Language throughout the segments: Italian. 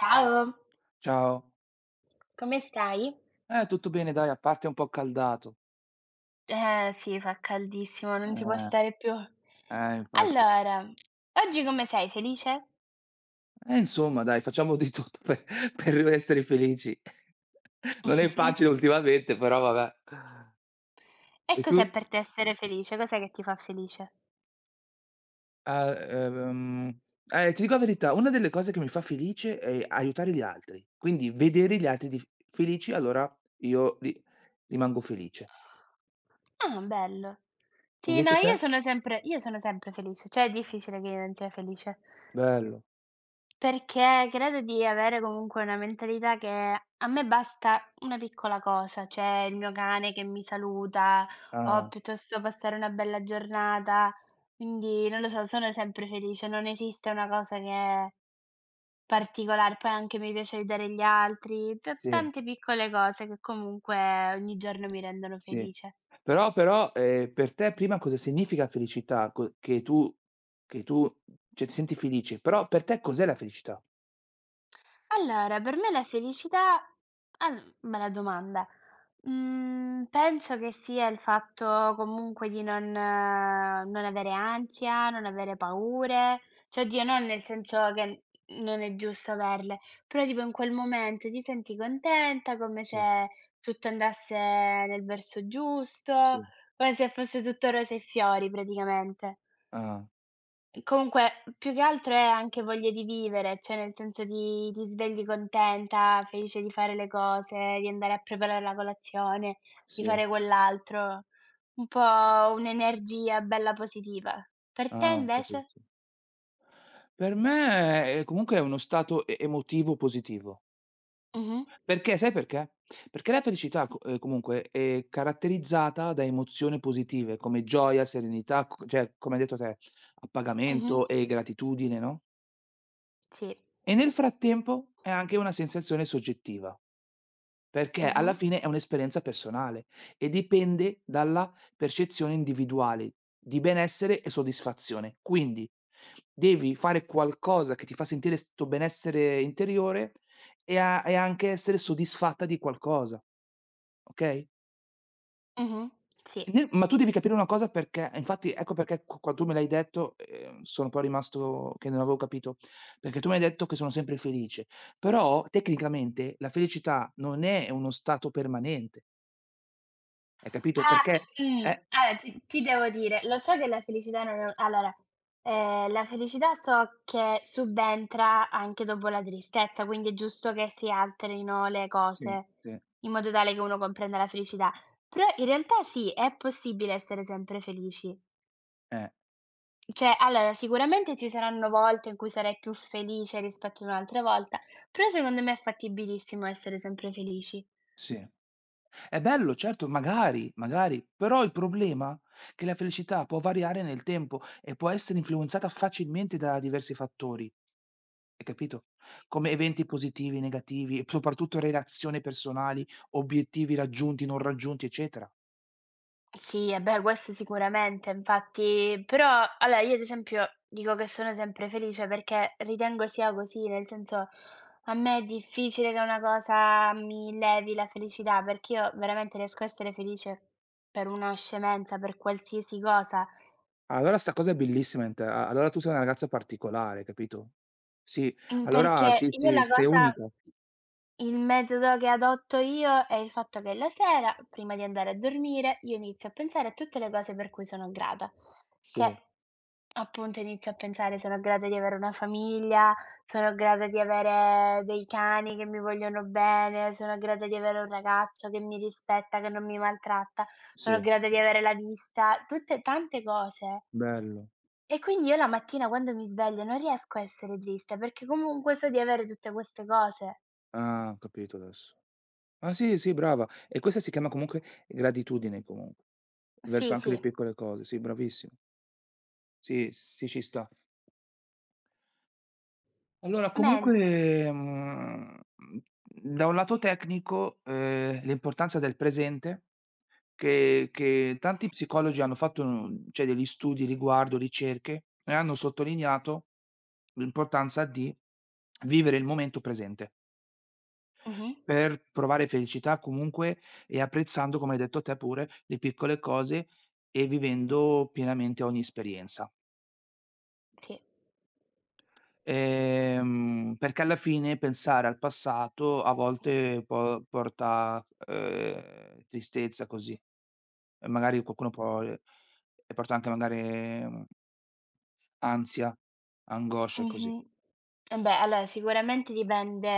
Ciao. Ciao. Come stai? Tutto bene dai, a parte un po' caldato. Eh sì, fa caldissimo, non si può Eh, stare più. Infatti. Allora, oggi come sei? Felice? Insomma dai, facciamo di tutto per per essere felici. Non è facile ultimamente, però vabbè. E E cos'è tu? per te essere felice? Cos'è che ti fa felice? Ah, ehm, Ti dico la verità, una delle cose che mi fa felice è aiutare gli altri. Quindi vedere gli altri di f felici, allora io ri rimango felice. Ah, bello. Sì, no, Invece io te? sono sempre, io sono sempre felice, cioè è difficile che io non sia felice. Bello. Perché credo di avere comunque una mentalità che a me basta una piccola cosa, cioè il mio cane che mi saluta o Ah, piuttosto passare una bella giornata, quindi non lo so, sono sempre felice, non esiste una cosa che è particolare, poi anche mi piace aiutare gli altri, t sì. tante piccole cose che comunque ogni giorno mi rendono Sì. felice. Però, per te prima cosa significa felicità? Co che tu cioè ti senti felice, però per te cos'è la felicità? Allora, per me la felicità al bella domanda. Penso che sia il fatto comunque di non avere ansia, non avere paure, cioè oddio non nel senso che non è giusto averle, però tipo in quel momento ti senti contenta, come Sì, se tutto andasse nel verso giusto, sì. come se fosse tutto rose e fiori praticamente. Ah, Comunque, più che altro è anche voglia di vivere, cioè nel senso di ti svegli contenta, felice di fare le cose, di andare a preparare la colazione, di sì. fare quell'altro. Un po' un'energia bella positiva. Per te Ah, ho invece? capito. Per me è comunque è uno stato emotivo positivo. Mh-mh. Perché sai perché? Perché la felicità co comunque è caratterizzata da emozioni positive come gioia, serenità, co cioè come hai detto te, Mh-mh. appagamento e gratitudine, no, Sì. e nel frattempo è anche una sensazione soggettiva. Perché Mh-mh. alla fine è un'esperienza personale e dipende dalla percezione individuale di benessere e soddisfazione. Quindi devi fare qualcosa che ti fa sentire 'sto benessere interiore e anche essere soddisfatta di qualcosa, okay, Mh-mh. Sì. e nel ma tu devi capire una cosa perché infatti ecco perché qu quando tu me l'hai detto, sono poi rimasto che non avevo capito, perché tu mi hai detto che sono sempre felice, però tecnicamente la felicità non è uno stato permanente. Hai capito? Ah, Perché eh, allora ti devo dire, lo so che la felicità non è allora, la felicità so che subentra anche dopo la tristezza, quindi è giusto che si alterino le sì, cose, sì, in modo tale che uno comprenda la felicità. Però in realtà sì, è possibile essere sempre felici. eh, Cioè, allora sicuramente ci saranno volte in cui sarai più felice rispetto ad un'altra volta, però secondo me è fattibilissimo essere sempre felici. sì. È bello certo, magari, magari, però il problema che la felicità può variare nel tempo e può essere influenzata facilmente da diversi fattori, hai capito? Come eventi positivi, negativi e soprattutto relazioni personali, obiettivi raggiunti, non raggiunti, eccetera. Sì, e beh, questo sicuramente, infatti però allora io ad esempio dico che sono sempre felice perché ritengo sia così, nel senso a me è difficile che una cosa mi levi la felicità, perché io veramente riesco a essere felice per una scemenza, per qualsiasi cosa. Allora sta cosa è bellissima in te, a allora tu sei una ragazza particolare, capito? Sì, Mhmm, allora perché sì, io la sì, sei cosa unica. il metodo che adotto io è il fatto che la sera, prima di andare a dormire, io inizio a pensare a tutte le cose per cui sono grata, Sì, che appunto inizio a pensare: sono grata di avere una famiglia, sono grata di avere dei cani che mi vogliono bene, sono grata di avere un ragazzo che mi rispetta, che non mi maltratta, sono sì, grata di avere la vista, tutte tante cose bello. e quindi io la mattina quando mi sveglio non riesco a essere triste, perché comunque so di avere tutte queste cose. Ah, ho capito adesso. Ah sì, sì, brava. E questa si chiama comunque gratitudine comunque, verso Sì, anche le sì. piccole cose. Sì, bravissima. Sì, sì, ci sta. Allora Men comunque, da un lato tecnico, l'importanza del presente che tanti psicologi hanno fatto, cioè degli studi riguardo, ricerche, e hanno sottolineato l'importanza di vivere il momento presente. Mh-mh, Per provare felicità comunque e apprezzando, come hai detto te pure, le piccole cose e vivendo pienamente ogni esperienza. sì. Perché alla fine pensare al passato a volte po porta, tristezza così, e magari qualcuno può e porta anche magari, mhmm, ansia, angoscia e così. Mh-mh. E beh, allora sicuramente dipende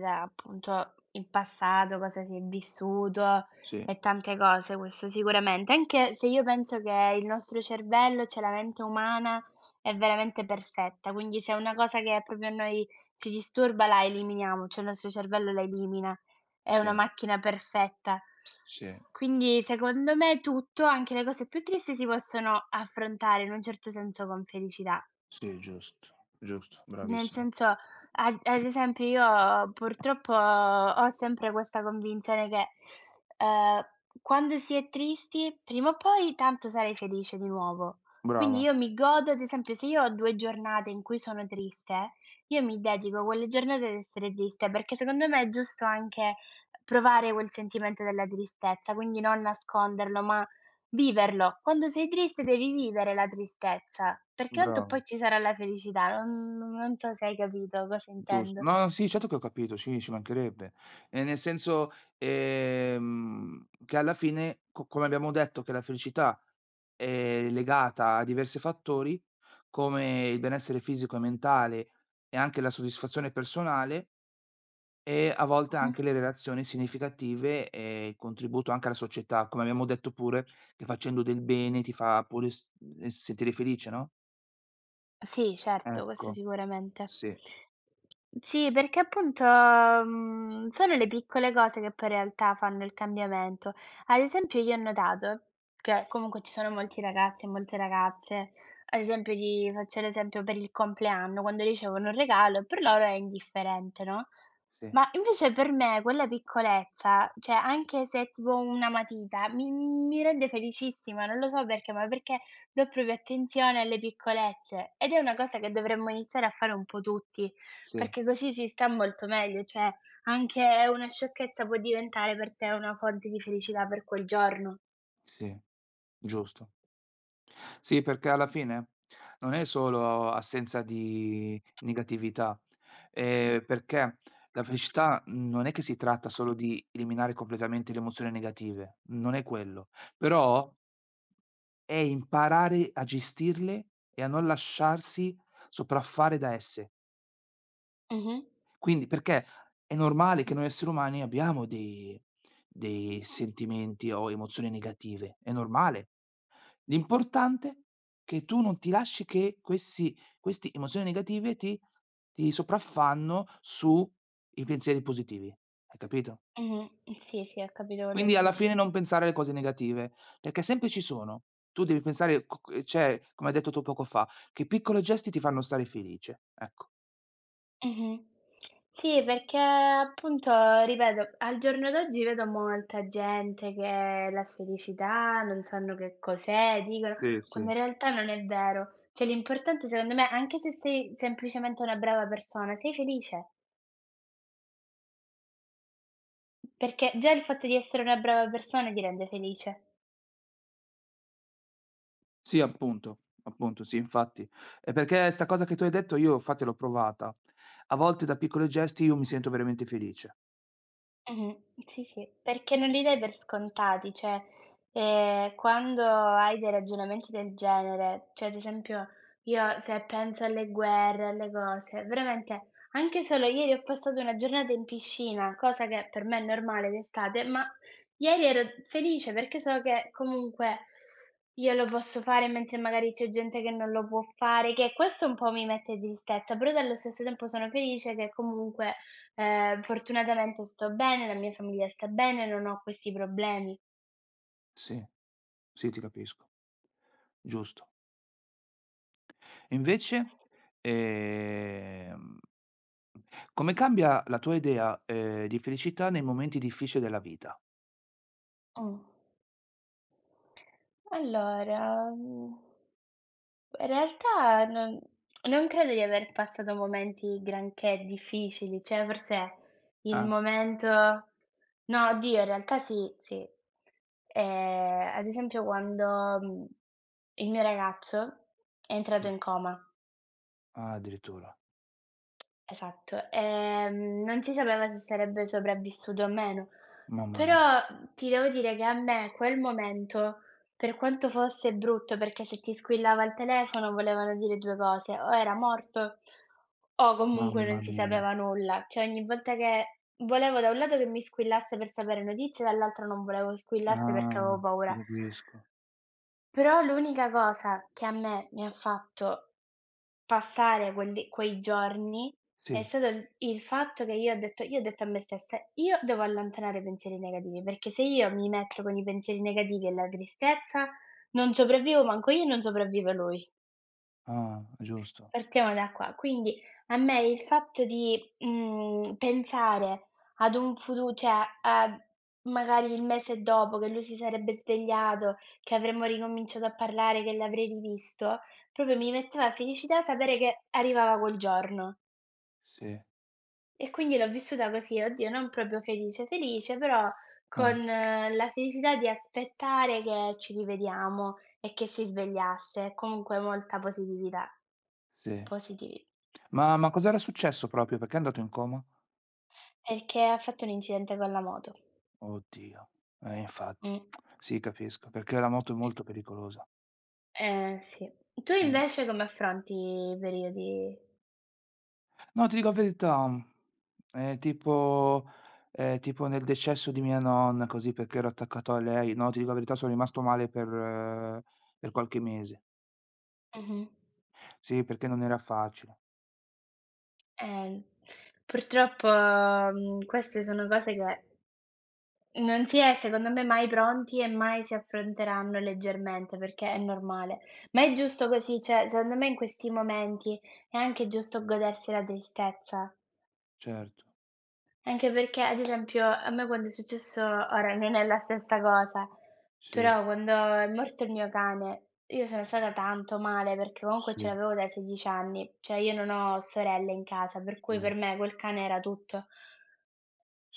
da appunto il passato, cosa si è vissuto Sì, e tante cose, questo sicuramente. Anche se io penso che il nostro cervello, cioè la mente umana, è veramente perfetta, quindi se è una cosa che proprio a noi ci disturba la eliminiamo, cioè il nostro cervello la elimina, è sì, una macchina perfetta. sì, Quindi secondo me tutto, anche le cose più tristi, si possono affrontare in un certo senso con felicità. sì, giusto, giusto, Nel bravissima. senso, ad esempio io purtroppo ho sempre questa convinzione che, ehm, quando si è tristi prima o poi tanto sarai felice di nuovo. Quindi Brava, io mi godo ad esempio se io ho 2 giornate in cui sono triste, io mi dedico a quelle giornate ad essere triste, perché secondo me è giusto anche provare quel sentimento della tristezza, quindi non nasconderlo, ma viverlo. Quando sei triste devi vivere la tristezza, perché tanto brava. poi ci sarà la felicità. Non so se hai capito cosa Giust intendo. no, no, sì, certo che ho capito, sì, ci mancherebbe. Nel senso, che alla fine, co come abbiamo detto che la felicità è legata a diversi fattori, come il benessere fisico e mentale e anche la soddisfazione personale, e a volte Mh-mh. anche le relazioni significative e il contributo anche alla società, come abbiamo detto pure che facendo del bene ti fa pure s sentire felice, no, Sì, certo, questo ecco, sicuramente. sì, Sì, perché appunto, sono le piccole cose che poi in realtà fanno il cambiamento. Ad esempio io ho notato che comunque ci sono molti ragazzi e molte ragazze, ad esempio ti faccio l'esempio per il compleanno, quando ricevono un regalo per loro è indifferente, no, sì, ma invece per me quella piccolezza, cioè anche se è tipo una matita, mi rende felicissima, non lo so perché, ma perché do proprio attenzione alle piccolezze ed è una cosa che dovremmo iniziare a fare un po' tutti, sì, perché così si sta molto meglio, cioè anche una sciocchezza può diventare per te una fonte di felicità per quel giorno. sì, giusto. Sì, perché alla fine non è solo assenza di negatività, perché la felicità non è che si tratta solo di eliminare completamente le emozioni negative, non è quello, però è imparare a gestirle e a non lasciarsi sopraffare da esse. Mh-mh. Quindi perché è normale che noi esseri umani abbiamo dei sentimenti o emozioni negative, è normale. L'importante è che tu non ti lasci che questi emozioni negative ti sopraffanno su i pensieri positivi, hai capito? Mh-mh. Sì, sì, ho capito quello che Quindi alla dici. fine non pensare alle cose negative, perché sempre ci sono. Tu devi pensare co c cioè, come hai detto tu poco fa, che piccoli gesti ti fanno stare felice, ecco. Mh-mh. Sì, perché appunto, ripeto, al giorno d'oggi vedo molta gente che la felicità non sanno che cos'è, dicono, Sì, quando sì. in realtà non è vero. Cioè l'importante secondo me, anche se sei semplicemente una brava persona, sei felice, perché già il fatto di essere una brava persona ti rende felice. Sì, appunto, appunto, sì, infatti. Perché 'sta cosa che tu hai detto io infatti l'ho provata. A volte da piccoli gesti io mi sento veramente felice. Mh-mh. Sì, sì, perché non li dai per scontati, cioè, quando hai dei ragionamenti del genere, cioè ad esempio io se penso alle guerre, alle cose, veramente anche solo ieri ho passato una giornata in piscina, cosa che per me è normale d'estate, ma ieri ero felice perché so che comunque io lo posso fare, mentre magari c'è gente che non lo può fare, che questo un po' mi mette tristezza, però dallo stesso tempo sono felice che comunque fortunatamente sto bene, la mia famiglia sta bene, non ho questi problemi. Sì, sì, ti capisco. Giusto. E invece, ehm, come cambia la tua idea, di felicità nei momenti difficili della vita? Mh. Allora, in realtà non credo di aver passato momenti granché difficili, cioè forse il Ah, momento no oddio, in realtà sì, sì. Ad esempio quando, il mio ragazzo è entrato sì. in coma. Ah, addirittura. Esatto, non si sapeva se sarebbe sopravvissuto o meno, Mamma mia, però ti devo dire che a me quel momento, per quanto fosse brutto, perché se ti squillava il telefono volevano dire 2 cose: o era morto o comunque non mamma si mia. sapeva nulla. Cioè ogni volta che volevo da un lato che mi squillasse per sapere notizie, dall'altro non volevo squillasse perché Ah, avevo ti paura. capisco. Però l'unica cosa che a me mi ha fatto passare quelli quei giorni è Sì, stato il fatto che io ho detto a me stessa: "Io devo allontanare i pensieri negativi, perché se io mi metto con i pensieri negativi e la tristezza non sopravvivo manco io e non sopravvive lui". ah, giusto. Partiamo da qua. Quindi a me il fatto di, pensare ad un furu cioè a magari il mese dopo che lui si sarebbe svegliato, che avremmo ricominciato a parlare, che l'avrei rivisto, proprio mi metteva felicità sapere che arrivava quel giorno. Sì, E quindi l'ho vissuta così, oddio non proprio felice felice, però con ah, la felicità di aspettare che ci rivediamo e che si svegliasse, comunque molta positività. sì. Positivi Ma cos'era successo proprio? Perché è andato in coma? Perché ha fatto un incidente con la moto. Oddio. Infatti. Mh. Sì, capisco, perché la moto è molto pericolosa. Sì. Tu Eh. invece come affronti i periodi? No, ti dico la verità, è tipo è tipo nel decesso di mia nonna, così, perché ero attaccato a lei. No, ti dico la verità, sono rimasto male per qualche mese. Mh-mh. Sì, perché non era facile. Eh, purtroppo, queste sono cose che non si è secondo me mai pronti e mai si affronteranno leggermente, perché è normale. Ma è giusto così, cioè secondo me in questi momenti è anche giusto godersi la tristezza. Certo. Anche perché, ad esempio, a me quando è successo ora non è la stessa cosa, Sì, però quando è morto il mio cane, io sono stata tanto male perché comunque ce sì, l'avevo dai 16 anni, cioè io non ho sorelle in casa, per cui sì, per me quel cane era tutto.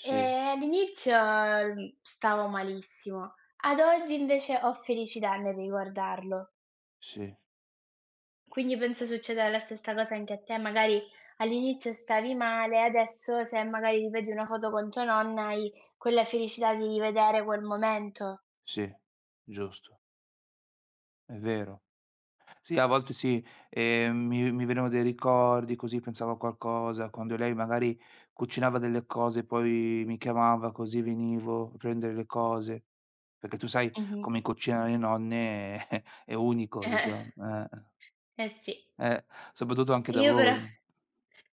E all'inizio, stavo malissimo. Ad oggi invece ho felicità nel riguardarlo. sì, Quindi penso succeda la stessa cosa anche a te, magari all'inizio stavi male, adesso se magari rivedi una foto con tua nonna hai quella felicità di rivedere quel momento. sì, giusto. È vero. Sì, a volte sì, mi venivano dei ricordi così, pensavo a qualcosa, quando lei magari cucinava delle cose, poi mi chiamava così venivo a prendere le cose, perché tu sai Mh-mh. come cucinano le nonne è unico Eh, diciamo, eh sì. eh, soprattutto anche da Io però voi.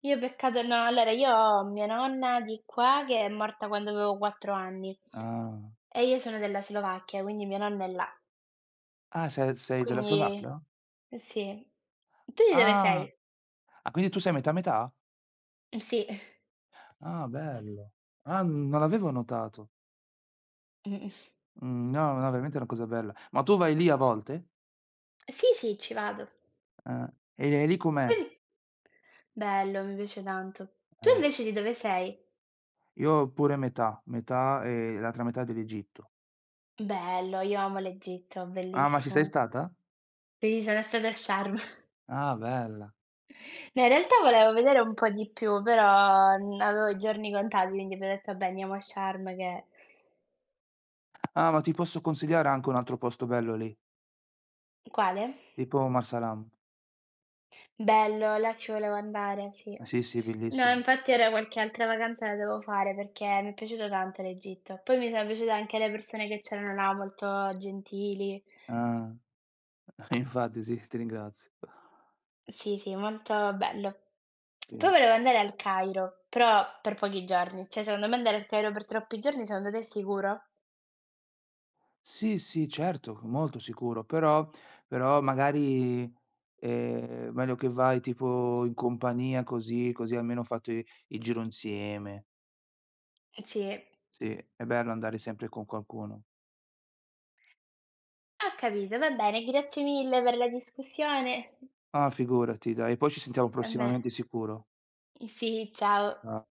io peccato no, allora io ho mia nonna di qua che è morta quando avevo 4 anni Ah. e io sono della Slovacchia, quindi mia nonna è là. Ah, se sei della Quindi Slovacchia? sì. Tu di dove Ah, sei? ah quindi tu sei metà metà? Sì. Ah, bello. Ah, non l'avevo notato. Mh-mh. Mhmm, no, no, veramente è una cosa bella. Ma tu vai lì a volte? Sì, sì, ci vado. Eh, e lì com'è? Quindi bello, mi piace tanto. Tu Eh, invece di dove sei? io pure metà, metà e l'altra metà dell'Egitto. Bello, io amo l'Egitto, Ah, ma ci sei bellissimo. stata? Sì, sono stata a Sharm. Ah, bella. No, in realtà volevo vedere un po' di più, però, avevo i giorni contati, quindi abbiamo detto: "Vabbè, andiamo a Sharm che." Ah, ma ti posso consigliare anche un altro posto bello lì, Quale? tipo Marsalam. Bello, là ci volevo andare, sì. Sì, sì, No, bellissimo. infatti ora qualche altra vacanza la devo fare perché mi è piaciuto tanto l'Egitto. Poi mi sono piaciute anche le persone che c'erano là, molto gentili. Ah, infatti sì, ti ringrazio. Sì, sì, molto bello. Poi Sì. volevo andare al Cairo, però per pochi giorni. Cioè, secondo me andare al Cairo per troppi giorni, secondo te è sicuro? Sì, sì, certo, molto sicuro, però magari è meglio che vai tipo in compagnia così, così almeno fate il giro insieme. Sì. Sì, è bello andare sempre con qualcuno. Ho capito, va bene, grazie mille per la discussione. Ah, figurati dai, e poi ci sentiamo Va bene. prossimamente sicuro. Sì, ciao. A